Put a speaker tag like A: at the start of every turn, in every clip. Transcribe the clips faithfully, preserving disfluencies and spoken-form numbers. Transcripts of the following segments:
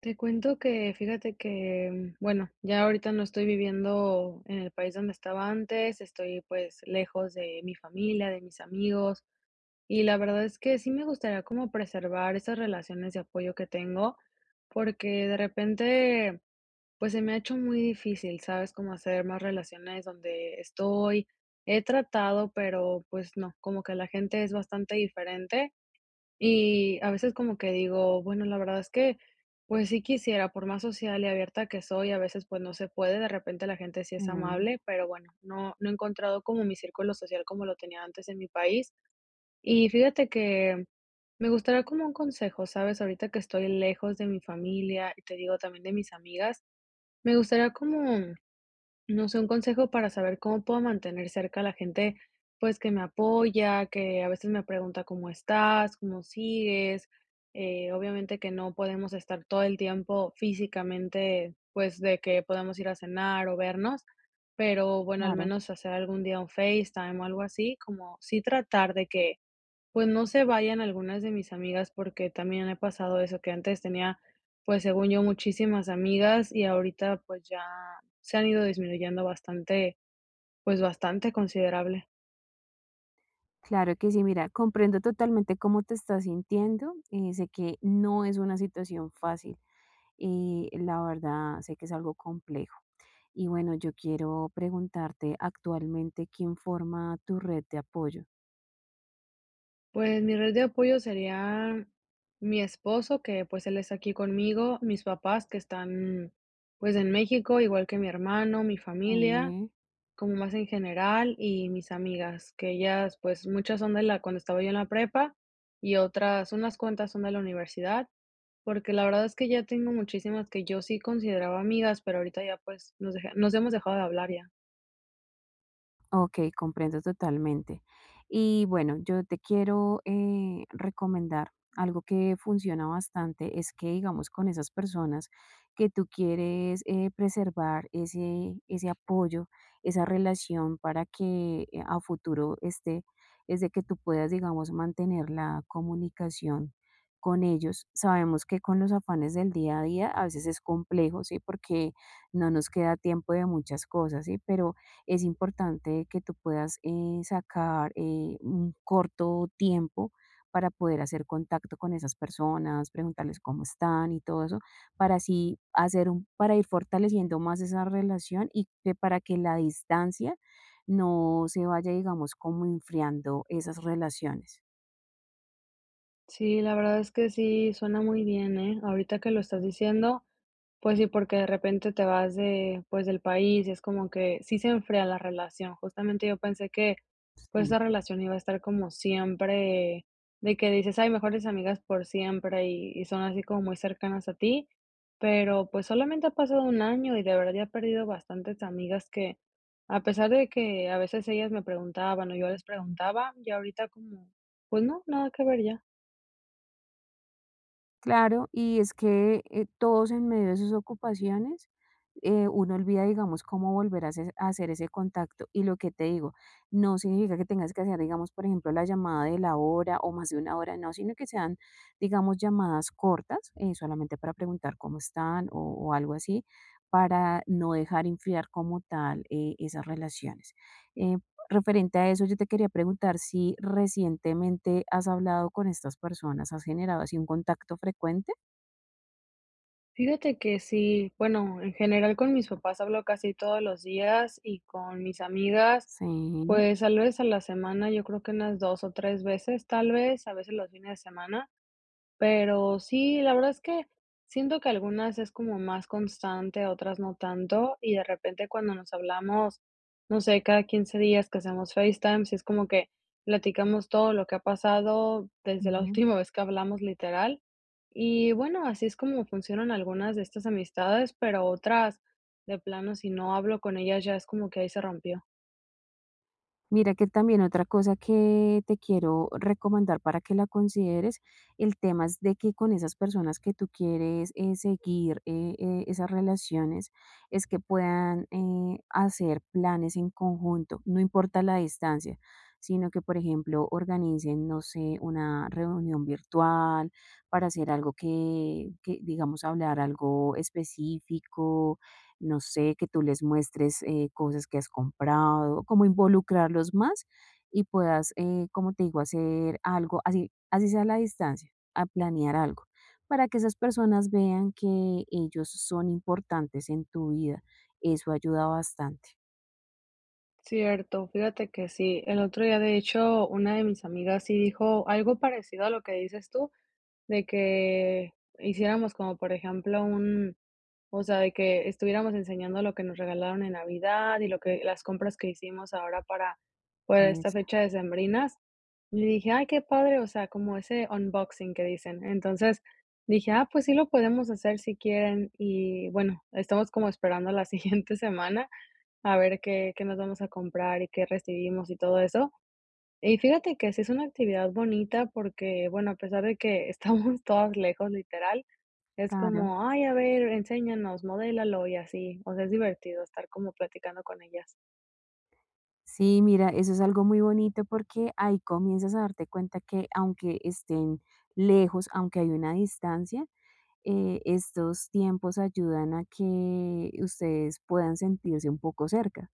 A: Te cuento que, fíjate que, bueno, ya ahorita no estoy viviendo en el país donde estaba antes, estoy pues lejos de mi familia, de mis amigos, y la verdad es que sí me gustaría como preservar esas relaciones de apoyo que tengo, porque de repente pues se me ha hecho muy difícil, ¿sabes? Como hacer más relaciones donde estoy. He tratado, pero pues no, como que la gente es bastante diferente. Y a veces como que digo, bueno, la verdad es que, pues sí quisiera, por más social y abierta que soy, a veces pues no se puede, de repente la gente sí
B: Sí,
A: es amable, pero bueno, no, no he encontrado como mi círculo social como lo tenía antes en mi país. Y fíjate que me gustaría como un consejo, ¿sabes? Ahorita que estoy lejos de mi familia y te digo también de mis amigas, me gustaría como no sé, un consejo para saber cómo puedo mantener cerca a la gente, pues, que me apoya, que a veces me pregunta cómo estás, cómo sigues. Eh, obviamente que no podemos estar todo el tiempo físicamente, pues, de que podemos ir a cenar o vernos, pero bueno, al
B: claro,
A: menos hacer algún día un FaceTime o algo así, como sí tratar de que pues, no se vayan algunas de mis amigas, porque también he pasado eso, que antes tenía, pues, según yo, muchísimas amigas y ahorita, pues, ya se han ido disminuyendo bastante, pues, bastante considerable.
B: claro que sí. Mira, comprendo totalmente cómo te estás sintiendo. Eh, sé que no es una situación fácil y la verdad sé que es algo complejo. Y bueno, yo quiero preguntarte actualmente quién forma tu red de apoyo.
A: Pues, mi red de apoyo sería mi esposo, que, pues, él está aquí conmigo, mis papás que están, pues, en México, igual que mi hermano, mi familia
B: Sí.
A: Como más en general, y mis amigas, que ellas, pues, muchas son de la cuando estaba yo en la prepa, y otras, unas cuantas son de la universidad, porque la verdad es que ya tengo muchísimas que yo sí consideraba amigas, pero ahorita ya, pues, nos deja nos hemos dejado de hablar ya.
B: Ok, comprendo totalmente. Y bueno, yo te quiero eh, recomendar algo que funciona bastante, es que digamos con esas personas que tú quieres eh, preservar ese, ese apoyo, esa relación para que eh, a futuro esté, es de que tú puedas, digamos, mantener la comunicación con ellos. Sabemos que con los afanes del día a día a veces es complejo, ¿sí? Porque no nos queda tiempo de muchas cosas, ¿sí? Pero es importante que tú puedas eh, sacar eh, un corto tiempo para poder hacer contacto con esas personas, preguntarles cómo están y todo eso, para así hacer un, para ir fortaleciendo más esa relación y que para que la distancia no se vaya, digamos, como enfriando esas relaciones.
A: Sí, la verdad es que sí, suena muy bien, ¿eh? Ahorita que lo estás diciendo, Pues sí, porque de repente te vas de, pues, del país, y es como que sí se enfría la relación. Justamente yo pensé que, pues,
B: Sí.
A: esa relación iba a estar como siempre, de que dices, ay, mejores amigas por siempre y, y son así como muy cercanas a ti, pero pues solamente ha pasado un año y de verdad ya he perdido bastantes amigas que, a pesar de que a veces ellas me preguntaban o yo les preguntaba, ya ahorita como, pues no, nada que ver ya.
B: Claro, y es que eh, todos en medio de sus ocupaciones, eh, uno olvida, digamos, cómo volver a hacer, a hacer ese contacto. Y lo que te digo, no significa que tengas que hacer, digamos, por ejemplo, la llamada de la hora o más de una hora, no, sino que sean, digamos, llamadas cortas, eh, solamente para preguntar cómo están o, o algo así, para no dejar enfriar como tal eh, esas relaciones. Eh, Referente a eso, yo te quería preguntar si recientemente has hablado con estas personas, ¿has generado así un contacto frecuente?
A: Fíjate que sí, bueno, en general con mis papás hablo casi todos los días y con mis amigas,
B: Sí.
A: pues tal vez a la semana, yo creo que unas dos o tres veces, tal vez, a veces los fines de semana. Pero sí, la verdad es que siento que algunas es como más constante, otras no tanto, y de repente cuando nos hablamos, no sé, cada quince días que hacemos FaceTime, sí es como que platicamos todo lo que ha pasado desde la última vez que hablamos, literal. Y bueno, así es como funcionan algunas de estas amistades, pero otras, de plano, si no hablo con ellas, ya es como que ahí se rompió.
B: Mira que también otra cosa que te quiero recomendar para que la consideres, el tema es de que con esas personas que tú quieres eh, seguir eh, eh, esas relaciones, es que puedan eh, hacer planes en conjunto, no importa la distancia, sino que, por ejemplo, organicen, no sé, una reunión virtual para hacer algo que, que digamos, hablar algo específico, no sé, que tú les muestres eh, cosas que has comprado, como involucrarlos más y puedas, eh, como te digo, hacer algo, así, así sea a la distancia, a planear algo, para que esas personas vean que ellos son importantes en tu vida. Eso ayuda bastante.
A: Cierto, fíjate que sí. El otro día, de hecho, una de mis amigas sí dijo algo parecido a lo que dices tú. De que hiciéramos como, por ejemplo, un o sea, de que estuviéramos enseñando lo que nos regalaron en Navidad y lo que las compras que hicimos ahora para para esta
B: Eso,
A: fecha decembrinas. Y dije: "Ay, qué padre", o sea, como ese unboxing que dicen. Entonces, dije: "Ah, pues sí lo podemos hacer si quieren". Y bueno, estamos como esperando la siguiente semana a ver qué qué nos vamos a comprar y qué recibimos y todo eso. Y fíjate que sí es una actividad bonita porque, bueno, a pesar de que estamos todas lejos, literal, es
B: claro.
A: como, ay, a ver, enséñanos, modélalo y así. O sea, es divertido estar como platicando con ellas.
B: Sí, mira, eso es algo muy bonito porque ahí comienzas a darte cuenta que aunque estén lejos, aunque hay una distancia, eh, estos tiempos ayudan a que ustedes puedan sentirse un poco cerca.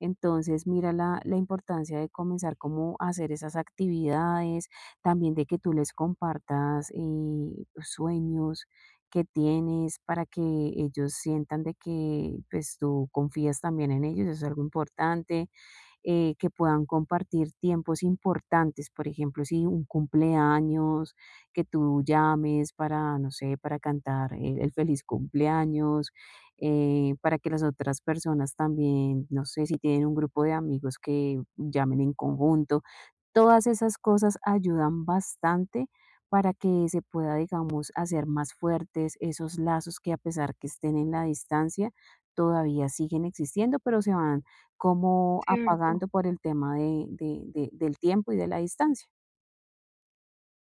B: Entonces, mira la, la importancia de comenzar como a hacer esas actividades, también de que tú les compartas eh, sueños que tienes para que ellos sientan de que pues tú confías también en ellos, eso es algo importante, eh, que puedan compartir tiempos importantes, por ejemplo, si un cumpleaños, que tú llames para, no sé, para cantar el, el feliz cumpleaños, eh, para que las otras personas también, no sé, si tienen un grupo de amigos que llamen en conjunto. Todas esas cosas ayudan bastante para que se pueda, digamos, hacer más fuertes esos lazos que a pesar que estén en la distancia, todavía siguen existiendo, pero se van como
A: Cierto.
B: apagando por el tema de, de- de- del tiempo y de la distancia.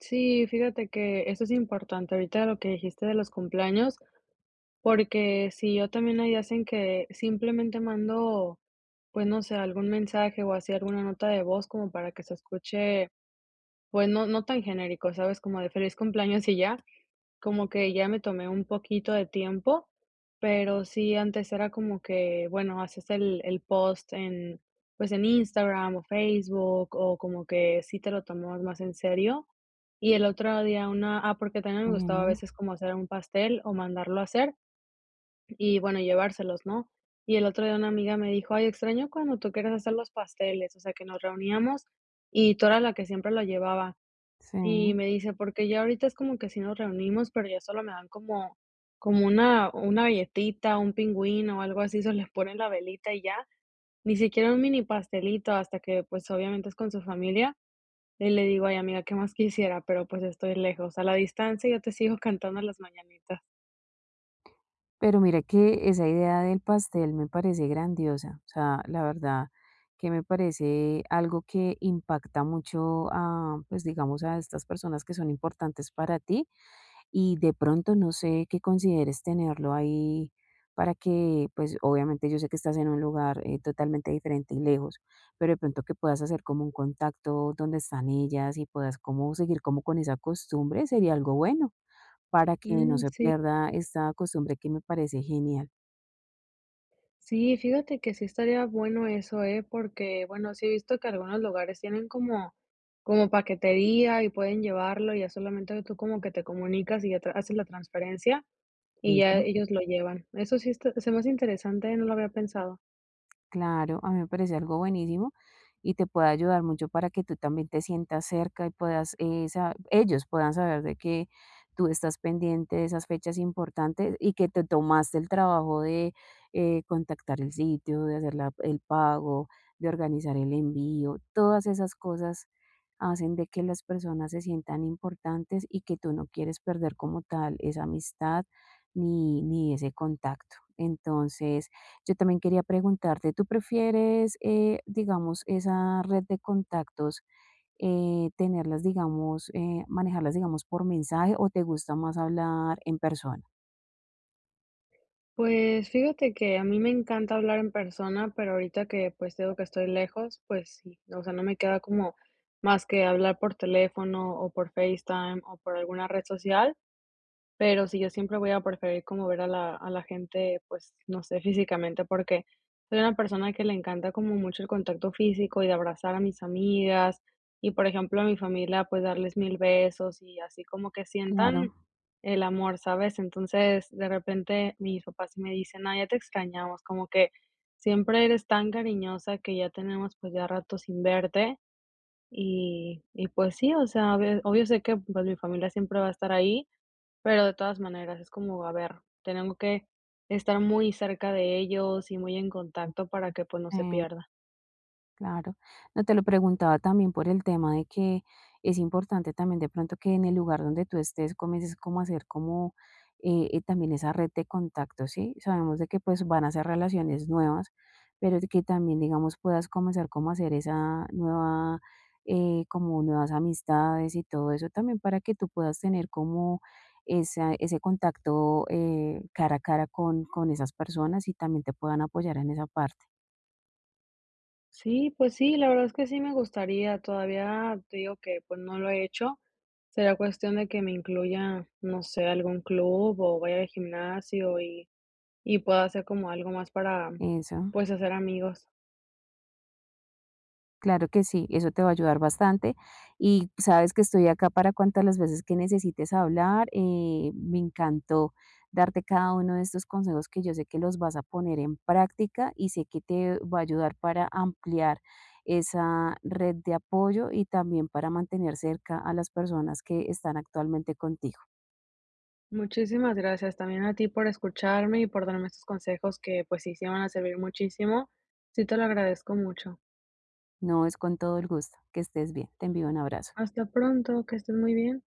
A: Sí, fíjate que eso es importante ahorita lo que dijiste de los cumpleaños, porque si yo también hay hacen que simplemente mando, pues no sé, algún mensaje o así alguna nota de voz como para que se escuche, pues no, no tan genérico, ¿sabes? Como de feliz cumpleaños y ya, Como que ya me tomé un poquito de tiempo, pero sí, antes era como que, bueno, haces el el post en, pues, en Instagram o Facebook, o como que sí te lo tomabas más en serio. Y el otro día una ah, porque también me gustaba a
B: Mm,
A: veces como hacer un pastel o mandarlo a hacer y, bueno, llevárselos, ¿no? Y el otro día una amiga me dijo: "Ay, extraño cuando tú querías hacer los pasteles, o sea, que nos reuníamos y tú eras la que siempre lo llevaba". Y
B: sí.
A: me dice, porque ya ahorita es como que sí nos reunimos, pero ya solo me dan como, como una, una galletita, un pingüino o algo así, se les pone la velita y ya, ni siquiera un mini pastelito, hasta que pues obviamente es con su familia. Y le digo, ay amiga, ¿qué más quisiera? Pero pues estoy lejos, a la distancia yo te sigo cantando las mañanitas.
B: Pero mira que esa idea del pastel me parece grandiosa. O sea, la verdad que me parece algo que impacta mucho a, pues digamos, a estas personas que son importantes para ti. Y de pronto no sé qué consideres tenerlo ahí para que, pues obviamente yo sé que estás en un lugar eh, totalmente diferente y lejos, pero de pronto que puedas hacer como un contacto donde están ellas y puedas como seguir como con esa costumbre sería algo bueno para que no
A: Mm,
B: se
A: sí.
B: pierda esta costumbre que me parece genial.
A: Sí, fíjate que sí estaría bueno eso, ¿eh? Porque, bueno, sí he visto que algunos lugares tienen como, como paquetería y pueden llevarlo, y ya solamente tú como que te comunicas y ya tra- haces la transferencia y ya
B: Eso.
A: ellos lo llevan. Eso sí está- se me hace interesante, no lo había pensado.
B: Claro, a mí me parece algo buenísimo y te puede ayudar mucho para que tú también te sientas cerca y puedas, eh, sa- ellos puedan saber de que tú estás pendiente de esas fechas importantes y que te tomaste el trabajo de eh, contactar el sitio, de hacer la- el pago, de organizar el envío. Todas esas cosas hacen de que las personas se sientan importantes y que tú no quieres perder como tal esa amistad ni, ni ese contacto. Entonces, yo también quería preguntarte, ¿tú prefieres, eh, digamos, esa red de contactos, eh, tenerlas, digamos, eh, manejarlas, digamos, por mensaje o te gusta más hablar en persona?
A: Pues fíjate que a mí me encanta hablar en persona, pero ahorita que pues digo que estoy lejos, pues sí, o sea, no me queda como más que hablar por teléfono o por FaceTime o por alguna red social. Pero sí, yo siempre voy a preferir como ver a la a la gente, pues, no sé, físicamente, porque soy una persona que le encanta como mucho el contacto físico y de abrazar a mis amigas y, por ejemplo, a mi familia, pues, darles mil besos y así como que
B: Claro,
A: sientan el amor, ¿sabes? Entonces, de repente, mis papás sí me dicen: "Ay, ya te extrañamos", como que siempre eres tan cariñosa que ya tenemos, pues, ya rato sin verte y y, pues sí, o sea, obvio obvio sé que, pues, mi familia siempre va a estar ahí, pero de todas maneras, es como, a ver, tengo que estar muy cerca de ellos y muy en contacto para que, pues, no se
B: eh.
A: pierda.
B: Claro. No, te lo preguntaba también por el tema de que es importante también de pronto que en el lugar donde tú estés comiences como a hacer como eh, eh, también esa red de contactos, ¿sí? Sabemos de que pues van a ser relaciones nuevas, pero de que también digamos puedas comenzar como a hacer esa nueva, eh, como nuevas amistades y todo eso también para que tú puedas tener como esa- ese contacto eh, cara a cara con, con esas personas y también te puedan apoyar en esa parte.
A: Sí, pues sí, la verdad es que sí me gustaría, todavía te digo que, pues, no lo he hecho. Será cuestión de que me incluya, no sé, algún club o vaya al gimnasio y y pueda hacer como algo más para,
B: Eso.
A: pues, hacer amigos.
B: Claro que sí, eso te va a ayudar bastante. Y sabes que estoy acá para cuantas las veces que necesites hablar. Eh, me encantó darte cada uno de estos consejos que yo sé que los vas a poner en práctica y sé que te va a ayudar para ampliar esa red de apoyo y también para mantener cerca a las personas que están actualmente contigo.
A: Muchísimas gracias también a ti por escucharme y por darme estos consejos que, pues sí, sí me van a servir muchísimo. Sí, te lo agradezco mucho.
B: No es con todo el gusto. Que estés bien. Te envío un abrazo.
A: Hasta pronto, que estés muy bien.